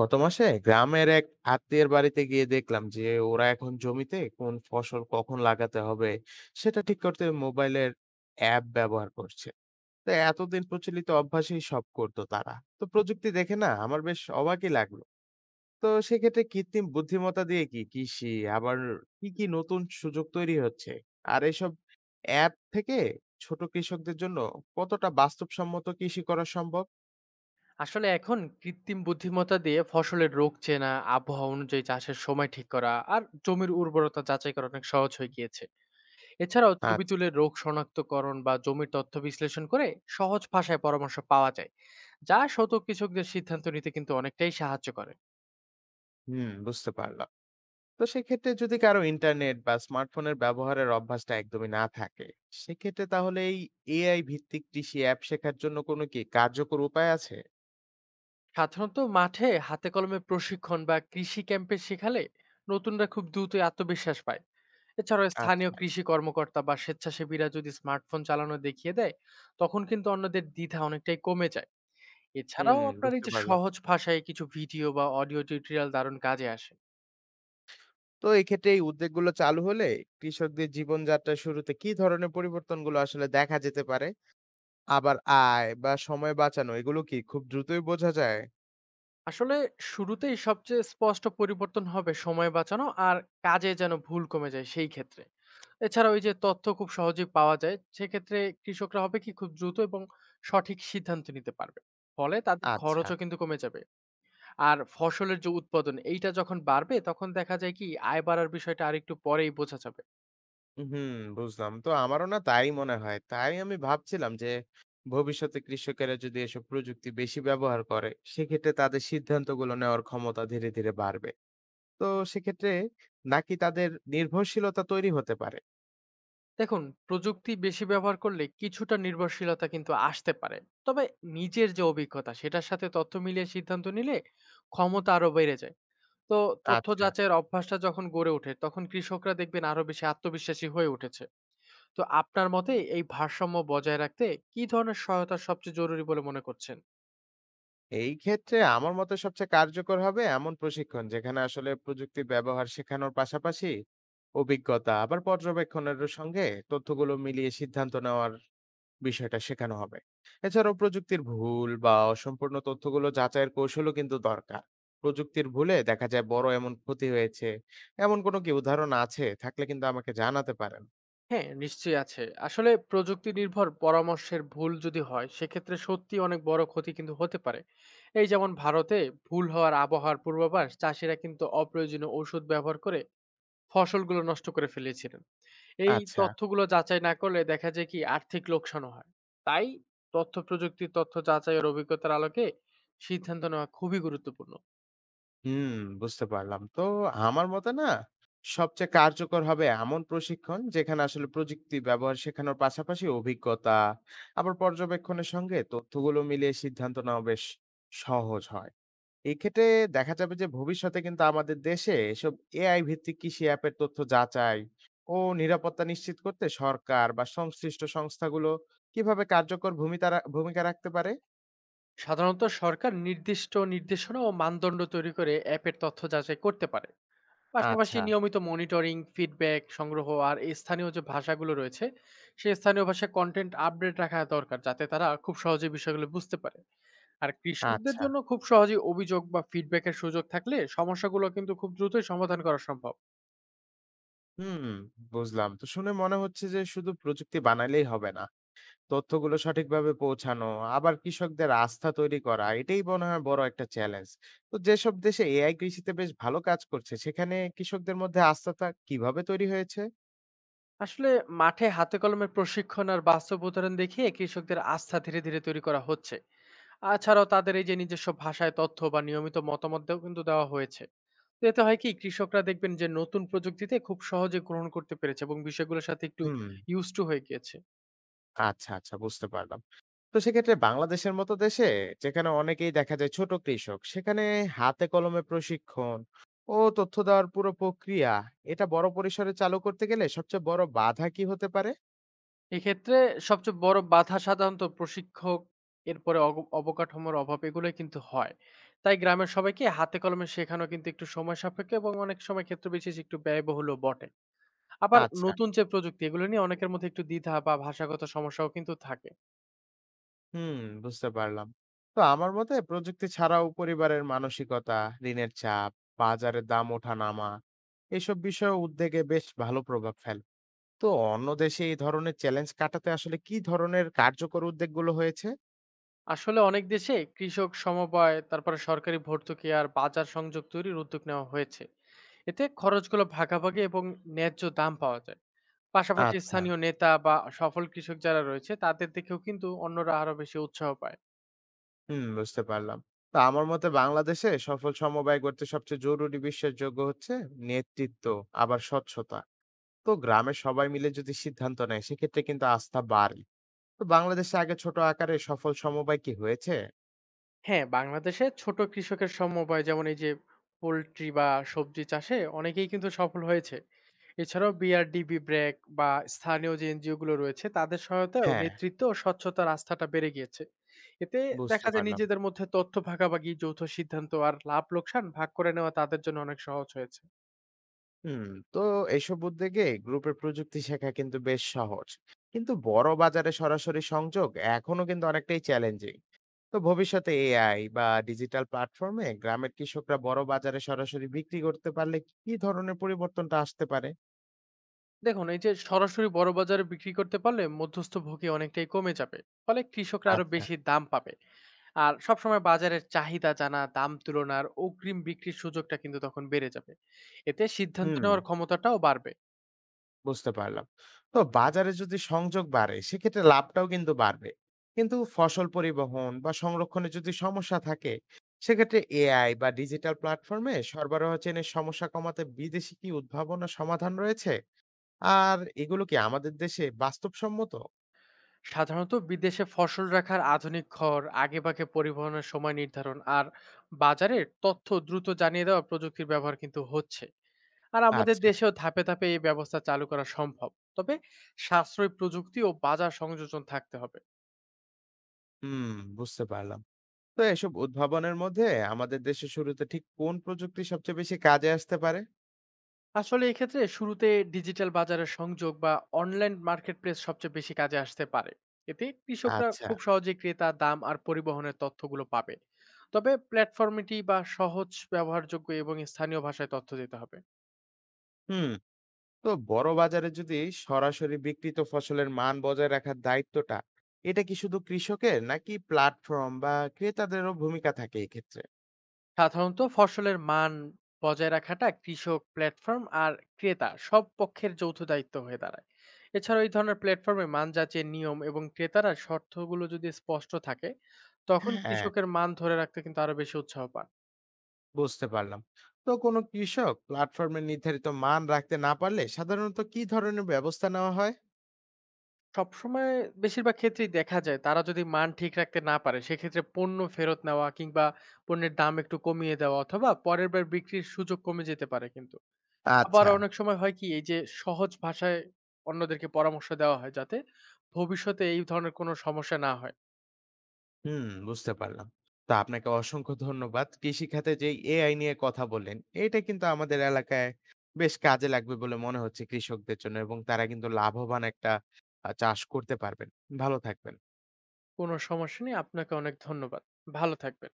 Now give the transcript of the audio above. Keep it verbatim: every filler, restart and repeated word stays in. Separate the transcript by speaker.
Speaker 1: গত মাসে গ্রামের এক আত্মীয়ের বাড়িতে গিয়ে দেখলাম যে ওরা এখন জমিতে কোন ফসল কখন লাগাতে হবে সেটা ঠিক করতে মোবাইলের অ্যাপ ব্যবহার করছে। তো এতদিন প্রচলিত অভ্যাসেই সব করতো তারা, তো প্রযুক্তি দেখে না, আমার বেশ অবাকই লাগলো। তো সেক্ষেত্রে কৃত্রিম বুদ্ধিমত্তা দিয়ে কি কৃষি আবার কি কি নতুন সুযোগ তৈরি হচ্ছে, আর এসব অ্যাপ থেকে ছোট কৃষকদের জন্য কতটা বাস্তবসম্মত কৃষি করা সম্ভব?
Speaker 2: আসলে এখন কৃত্রিম বুদ্ধিমত্তা দিয়ে ফসলের রোগ চেনা, আবহাওয়া অনুযায়ী চাষের সময় ঠিক করা আর জমির উর্বরতা যাচাই করা অনেক সহজ হয়ে গিয়েছে। এছাড়াও ছবি তুলে
Speaker 1: আচ্ছা।
Speaker 2: রোগ শনাক্তকরণ বা জমির তথ্য বিশ্লেষণ করে সহজ ভাষায় পরামর্শ পাওয়া যায়, যা শত কৃষকদের সিদ্ধান্ত নিতে কিন্তু অনেকটাই সাহায্য করে।
Speaker 1: হুম, বুঝতে পারলাম। তো সেক্ষেত্রে যদি কারো ইন্টারনেট বা স্মার্টফোনের ব্যবহারের অভ্যাসটা একদমই না থাকে, সেক্ষেত্রে তাহলে এই এআই ভিত্তিক কৃষি অ্যাপ শেখার জন্য কোনো কি কার্যকর উপায় আছে?
Speaker 2: সাধারণত মাঠে হাতে কলমে প্রশিক্ষণ বা কৃষি ক্যাম্পে শেখালে নতুনরা খুব দ্রুতই আত্মবিশ্বাস পায়। এছাড়াও স্থানীয়
Speaker 1: আচ্ছা।
Speaker 2: কৃষি কর্মকর্তা বা স্বেচ্ছাসেবীরা যদি স্মার্টফোন চালানো দেখিয়ে দেয়, তখন কিন্তু অন্যদের দ্বিধা অনেকটাই কমে যায়।
Speaker 1: হুম,
Speaker 2: এছাড়াও আপনার এই
Speaker 1: বুঝতে
Speaker 2: যে
Speaker 1: পারলাম।
Speaker 2: সহজ ভাষায় কিছু ভিডিও বা অডিও টিউটোরিয়াল দারুণ কাজে আসে।
Speaker 1: তো এক্ষেত্রে এই উদ্যোগগুলো চালু হলে কৃষকদের জীবনযাত্রা শুরুতে কি ধরনের পরিবর্তনগুলো আসলে দেখা যেতে পারে? আবার আয় বা সময় বাঁচানো এগুলো কি খুব দ্রুতই বোঝা যায়?
Speaker 2: আসলে শুরুতেই সবচেয়ে স্পষ্ট পরিবর্তন হবে সময় বাঁচানো আর কাজে যেন ভুল কমে যায় সেই ক্ষেত্রে। এছাড়া ওই যে তথ্য খুব সহজেই পাওয়া যায় সেক্ষেত্রে কৃষকরা হবে কি খুব দ্রুত এবং সঠিক সিদ্ধান্ত নিতে পারবে। ফলে তাদের
Speaker 1: আচ্ছা।
Speaker 2: খরচও কিন্তু কমে যাবে। আর ফসলের যে উৎপাদন এইটা যখন বাড়বে, তখন দেখা যায় কি আয় বাড়ার বিষয়টা আরেকটু পরেই বোঝা যাবে।
Speaker 1: হুম, বুঝলাম। তো আমারও না তাই মনে হয়। তাই আমি ভাবছিলাম যে ভবিষ্যতে কৃষকেরা যদি এসব প্রযুক্তি বেশি ব্যবহার করে, সেক্ষেত্রে তাদের সিদ্ধান্তগুলো নেওয়ার ক্ষমতা ধীরে ধীরে বাড়বে। তো সেক্ষেত্রে নাকি তাদের নির্ভরশীলতা তৈরি হতে পারে?
Speaker 2: দেখুন, প্রযুক্তি বেশি ব্যবহার করলে কিছুটা নির্ভরশীলতা কিন্তু আসতে পারে। তবে নিজের যে অভিজ্ঞতা সেটার সাথে তথ্য মিলিয়ে সিদ্ধান্ত নিলে ক্ষমতা আরো বেড়ে যায়। তো তথ্য
Speaker 1: আচ্ছা।
Speaker 2: যাচাইয়ের অভ্যাসটা যখন গড়ে ওঠে তখন কৃষকরা দেখবেন আরো বেশি আত্মবিশ্বাসী হয়ে উঠেছে। তো আপনার মতে এই ভারসাম্য বজায় রাখতে কি ধরনের সহায়তা সবচেয়ে জরুরি বলে মনে করছেন?
Speaker 1: এই ক্ষেত্রে আমার মতে সবচেয়ে কার্যকর হবে এমন প্রশিক্ষণ, যেখানে আসলে প্রযুক্তি ব্যবহার শেখানোর পাশাপাশি অভিজ্ঞতা আবার পর্যবেক্ষণেরও সঙ্গে তথ্যগুলো মিলিয়ে সিদ্ধান্ত নেওয়ার বিষয়টা শেখানো হবে। এছাড়াও প্রযুক্তির ভুল বা অসম্পূর্ণ তথ্যগুলো যাচাইয়ের কৌশলও কিন্তু দরকার। প্রযুক্তির ভুলে দেখা যায় বড় এমন ক্ষতি হয়েছে, এমন কোনো কি উদাহরণ আছে? থাকলে কিন্তু আমাকে জানাতে পারেন।
Speaker 2: হ্যাঁ, নিশ্চয়ই আছে। আসলে প্রযুক্তি নির্ভর পরামর্শের ভুল যদি হয়, সেক্ষেত্রে সত্যিই অনেক বড় ক্ষতি কিন্তু হতে পারে। এই যেমন ভারতে ভুল হওয়ার আবহাওয়ার পূর্বাভাস চাষিরা কিন্তু অপ্রয়োজনীয় ঔষধ ব্যবহার করে ফসলগুলো নষ্ট করে ফেলেছিলেন। এই
Speaker 1: আচ্ছা।
Speaker 2: তথ্যগুলো যাচাই না করলে দেখা যায় কি আর্থিক লোকসানও হয়। তাই তথ্য প্রযুক্তির তথ্য যাচাইয়ের অভিজ্ঞতার আলোকে সিদ্ধান্ত নেওয়া খুবই গুরুত্বপূর্ণ।
Speaker 1: হুম, বুঝতে পারলাম। তো আমার মতে না, সবচেয়ে কার্যকর হবে এমন প্রশিক্ষণ যেখানে আসলে প্রযুক্তি ব্যবহার শেখানোর পাশাপাশি অভিজ্ঞতা আবার পর্যবেক্ষণের সঙ্গে তথ্যগুলো মিলিয়ে সিদ্ধান্ত নেওয়া বেশ সহজ হয়। এক্ষেত্রে দেখা যাবে যে ভবিষ্যতে কিন্তু আমাদের দেশে এসব এআই ভিত্তিক কৃষি অ্যাপের তথ্য যাচাই ও নিরাপত্তা নিশ্চিত করতে সরকার বা সংশ্লিষ্ট সংস্থাগুলো কিভাবে কার্যকর ভূমিকা রা- ভূমিকা রাখতে পারে?
Speaker 2: সাধারণত সরকার নির্দিষ্ট নির্দেশনা ও মানদণ্ড তৈরি করে অ্যাপের তথ্য যাচাই করতে পারে। পাশাপাশি
Speaker 1: আচ্ছা।
Speaker 2: নিয়মিত মনিটরিং, ফিডব্যাক সংগ্রহ আর এই স্থানীয় যে ভাষাগুলো রয়েছে, সেই স্থানীয় ভাষায় কনটেন্ট আপডেট রাখা দরকার যাতে তারা খুব সহজে বিষয়গুলো বুঝতে পারে। আর কৃষকদের
Speaker 1: আচ্ছা।
Speaker 2: জন্য খুব সহজেই অভিযোগ বা ফিডব্যাকের সুযোগ থাকলে সমস্যাগুলো কিন্তু খুব দ্রুতই সমাধান করা সম্ভব।
Speaker 1: হুম, বুঝলাম। তো শুনে মনে হচ্ছে যে শুধু প্রযুক্তি বানালেই হবে না, তথ্যগুলো সঠিকভাবে পৌঁছানো আবার কৃষকদের আস্থা তৈরি করা এটাই মনে হয় বড় একটা চ্যালেঞ্জ। তো যেসব দেশে এআই কৃষিতে বেশ ভালো কাজ করছে সেখানে কৃষকদের মধ্যে আস্থাটা কিভাবে তৈরি হয়েছে?
Speaker 2: আসলে মাঠে হাতে কলমে প্রশিক্ষণ আর বাস্তব উদাহরণ দেখিয়ে কৃষকদের আস্থা ধীরে, ধীরে তৈরি করা হচ্ছে। আ ছাড়াও তাদের এই যে নিজস্ব ভাষায় তথ্য বা নিয়মিত মতামত দেও কিন্তু দেওয়া হয়েছে। তো এতে হয় কি কৃষকরা দেখবেন যে নতুন প্রযুক্তিতে খুব সহজে গ্রহণ করতে পেরেছে এবং বিষয়গুলোর সাথে একটু
Speaker 1: হুম।
Speaker 2: used to হয়ে গিয়েছে।
Speaker 1: আচ্ছা, আচ্ছা, বুঝতে পারলাম। তো সেক্ষেত্রে বাংলাদেশের মতো দেশে, যেখানে অনেকেই দেখা যায় ছোট কৃষক, সেখানে হাতে কলমে প্রশিক্ষণ ও তথ্য দেওয়ার পুরো প্রক্রিয়া এটা বড় পরিসরে চালু করতে গেলে সবচেয়ে বড় বাধা কি হতে পারে?
Speaker 2: এক্ষেত্রে সবচেয়ে বড় বাধা সাধারণত প্রশিক্ষক, এরপরে অগ অবকাঠামোর অভাব এগুলোই কিন্তু হয়। তাই গ্রামের সবাইকে হাতে কলমে শেখানো কিন্তু একটু সময় সাপেক্ষ এবং অনেক সময় ক্ষেত্র বিশেষ একটু ব্যয়বহুলও বটে। আবার
Speaker 1: আচ্ছা,
Speaker 2: নতুন যে প্রযুক্তি এগুলো নিয়ে অনেকের মধ্যে একটু দ্বিধা বা ভাষাগত সমস্যাও কিন্তু থাকে।
Speaker 1: হুম, বুঝতে পারলাম। তো আমার মতে প্রযুক্তি ছাড়াও পরিবারের মানসিকতা, ঋণের চাপ, বাজারের দাম ওঠানামা এসব বিষয়ে উদ্যোগে বেশ ভালো প্রভাব ফেলে। তো অন্য দেশে এই ধরনের চ্যালেঞ্জ কাটাতে আসলে কি ধরনের কার্যকর উদ্যোগগুলো হয়েছে?
Speaker 2: আসলে অনেক দেশে কৃষক সমবায়, তারপরে সরকারি ভর্তুকি আর বাজার সংযোগ তৈরির উদ্যোগ নেওয়া হয়েছে। এতে খরচগুলো ভাগাভাগি এবং ন্যায্য দাম পাওয়া যায়। পাশাপাশি
Speaker 1: আচ্ছা।
Speaker 2: স্থানীয় নেতা বা সফল কৃষক যারা রয়েছে তাদের দেখেও কিন্তু অন্যরা আরো বেশি উৎসাহ পায়।
Speaker 1: হুম, বুঝতে পারলাম। তো আমার মতে বাংলাদেশে সফল সমবায় করতে সবচেয়ে জরুরি বিশ্বাসযোগ্য হচ্ছে নেতৃত্ব, আবার স্বচ্ছতা। তো গ্রামের সবাই মিলে যদি সিদ্ধান্ত নেয় সেক্ষেত্রে কিন্তু আস্থা বাড়ে। তো বাংলাদেশে আগে ছোট আকারে সফল সমবায় কি হয়েছে?
Speaker 2: হ্যাঁ, বাংলাদেশে ছোট কৃষকের সমবায় যেমন এই যে পোল্ট্রি বা সবজি চাষে অনেকেই কিন্তু সফল হয়েছে। এছাড়াও বিআরডিবি, ব্র্যাক বা স্থানীয় যে এনজিও গুলো রয়েছে তাদের সহায়তায়ও
Speaker 1: হ্যাঁ,
Speaker 2: নেতৃত্ব ও স্বচ্ছতার আস্থাটা বেড়ে গিয়েছে। এতে
Speaker 1: বুঝতে
Speaker 2: দেখা যায়
Speaker 1: পারলাম।
Speaker 2: নিজেদের মধ্যে তথ্য ভাগাভাগি, যৌথ সিদ্ধান্ত আর লাভ লোকসান ভাগ করে নেওয়া তাদের জন্য অনেক সহজ হয়েছে।
Speaker 1: হুম, তো এইসব উদ্যোগে গ্রুপের প্রযুক্তি শেখা কিন্তু বেশ সহজ। কিন্তু বড় বাজারে সরাসরি সংযোগ এখনো কিন্তু অনেকটাই চ্যালেঞ্জিং। তো ভবিষ্যতে এআই বা ডিজিটাল প্ল্যাটফর্মে গ্রামের কৃষকরা বড় বাজারে সরাসরি বিক্রি করতে পারলে কি ধরনের পরিবর্তনটা আসতে পারে?
Speaker 2: দেখুন, এই যে সরাসরি বড় বাজারে বিক্রি করতে পারলে মধ্যস্থ ভোগী অনেকটাই কমে যাবে। ফলে কৃষকরা আরো
Speaker 1: আচ্ছা।
Speaker 2: বেশি দাম পাবে। আর সবসময় বাজারের চাহিদা জানা, দাম তুলনার অগ্রিম বিক্রির সুযোগটা কিন্তু তখন বেড়ে যাবে। এতে সিদ্ধান্ত
Speaker 1: হুম,
Speaker 2: নেওয়ার ক্ষমতাটাও বাড়বে।
Speaker 1: বুঝতে পারলাম। তো বাজারে যদি সংযোগ বাড়ে সেক্ষেত্রে লাভটাও কিন্তু বাড়বে। কিন্তু ফসল পরিবহন বা সংরক্ষণে যদি সমস্যা থাকে, সেক্ষেত্রে এআই বা ডিজিটাল প্ল্যাটফর্মে সরবরাহ চেনের সমস্যা কমাতে বিদেশি কি উদ্ভাবনা সমাধান রয়েছে? আর এগুলো কি আমাদের দেশে বাস্তবসম্মত?
Speaker 2: সাধারণত বিদেশে ফসল রাখার আধুনিক ঘর, আগেভাগে পরিবহনের সময় নির্ধারণ আর বাজারের তথ্য দ্রুত জানিয়ে দেওয়া প্রযুক্তির ব্যবহার কিন্তু হচ্ছে। আর আমাদের
Speaker 1: আচ্ছা।
Speaker 2: দেশেও ধাপে, ধাপে এই ব্যবস্থা চালু করা সম্ভব। তবে সাশ্রয়ী প্রযুক্তি ও বাজার সংযোজন থাকতে হবে।
Speaker 1: হুম, বুঝতে পারলাম। তো এসব উদ্ভাবনের মধ্যে আমাদের দেশে শুরুতে ঠিক কোন প্রযুক্তি সবচেয়ে বেশি কাজে আসতে পারে?
Speaker 2: আসলে এক্ষেত্রে শুরুতে ডিজিটাল বাজারের সংযোগ বা অনলাইন মার্কেট প্লেস সবচেয়ে বেশি কাজে আসতে পারে। এতে কৃষকরা
Speaker 1: আচ্ছা।
Speaker 2: খুব সহজে ক্রেতা, দাম আর পরিবহনের তথ্যগুলো পাবে। তবে প্ল্যাটফর্মটি বা সহজ ব্যবহারযোগ্য এবং স্থানীয় ভাষায় তথ্য দিতে হবে।
Speaker 1: হুম। তো বড় বাজারে যদি সরাসরি বিক্রিত ফসলের মান বজায় রাখার দায়িত্বটা এটা কি শুধু কৃষকের, নাকি প্ল্যাটফর্ম বা ক্রেতাদেরও ভূমিকা থাকে এক্ষেত্রে?
Speaker 2: সাধারণত ফসলের মান বজায় রাখাটা কৃষক, প্ল্যাটফর্ম আর ক্রেতা সব পক্ষের যৌথ দায়িত্ব হয়ে দাঁড়ায়। এছাড়াও এই ধরনের প্ল্যাটফর্মে মান যাচের নিয়ম এবং ক্রেতারা শর্তগুলো যদি স্পষ্ট থাকে, তখন
Speaker 1: হ্যাঁ,
Speaker 2: কৃষকের মান ধরে রাখতে কিন্তু আরো বেশি উৎসাহ পান।
Speaker 1: বুঝতে পারলাম। তো কোনো কৃষক প্ল্যাটফর্মের নির্ধারিত মান রাখতে না পারলে সাধারণত কি ধরনের ব্যবস্থা নেওয়া হয়?
Speaker 2: সবসময় বেশিরভাগ ক্ষেত্রেই দেখা যায় তারা যদি মান ঠিক রাখতে না পারে সেক্ষেত্রে পণ্য ফেরত নেওয়া, কিংবা পণ্যের দাম একটু কমিয়ে দেওয়া, অথবা পরের বার বিক্রির সুযোগ কমে যেতে পারে কিন্তু। আবার
Speaker 1: আচ্ছা।
Speaker 2: অনেক সময় হয় কি এই যে সহজ ভাষায় অন্যদেরকে পরামর্শ দেওয়া হয় যাতে ভবিষ্যতে এই ধরনের কোনো সমস্যা না হয়।
Speaker 1: হুম, বুঝতে পারলাম। তো আপনাকে অসংখ্য ধন্যবাদ। কৃষিখাতে যেই এ আই নিয়ে কথা বললেন, এটা কিন্তু আমাদের এলাকায় বেশ কাজে লাগবে বলে মনে হচ্ছে কৃষকদের জন্য, এবং তারা কিন্তু লাভবান একটা আ চাষ করতে পারবেন। ভালো থাকবেন।
Speaker 2: কোনো সমস্যা নেই, আপনাকে অনেক ধন্যবাদ। ভালো থাকবেন।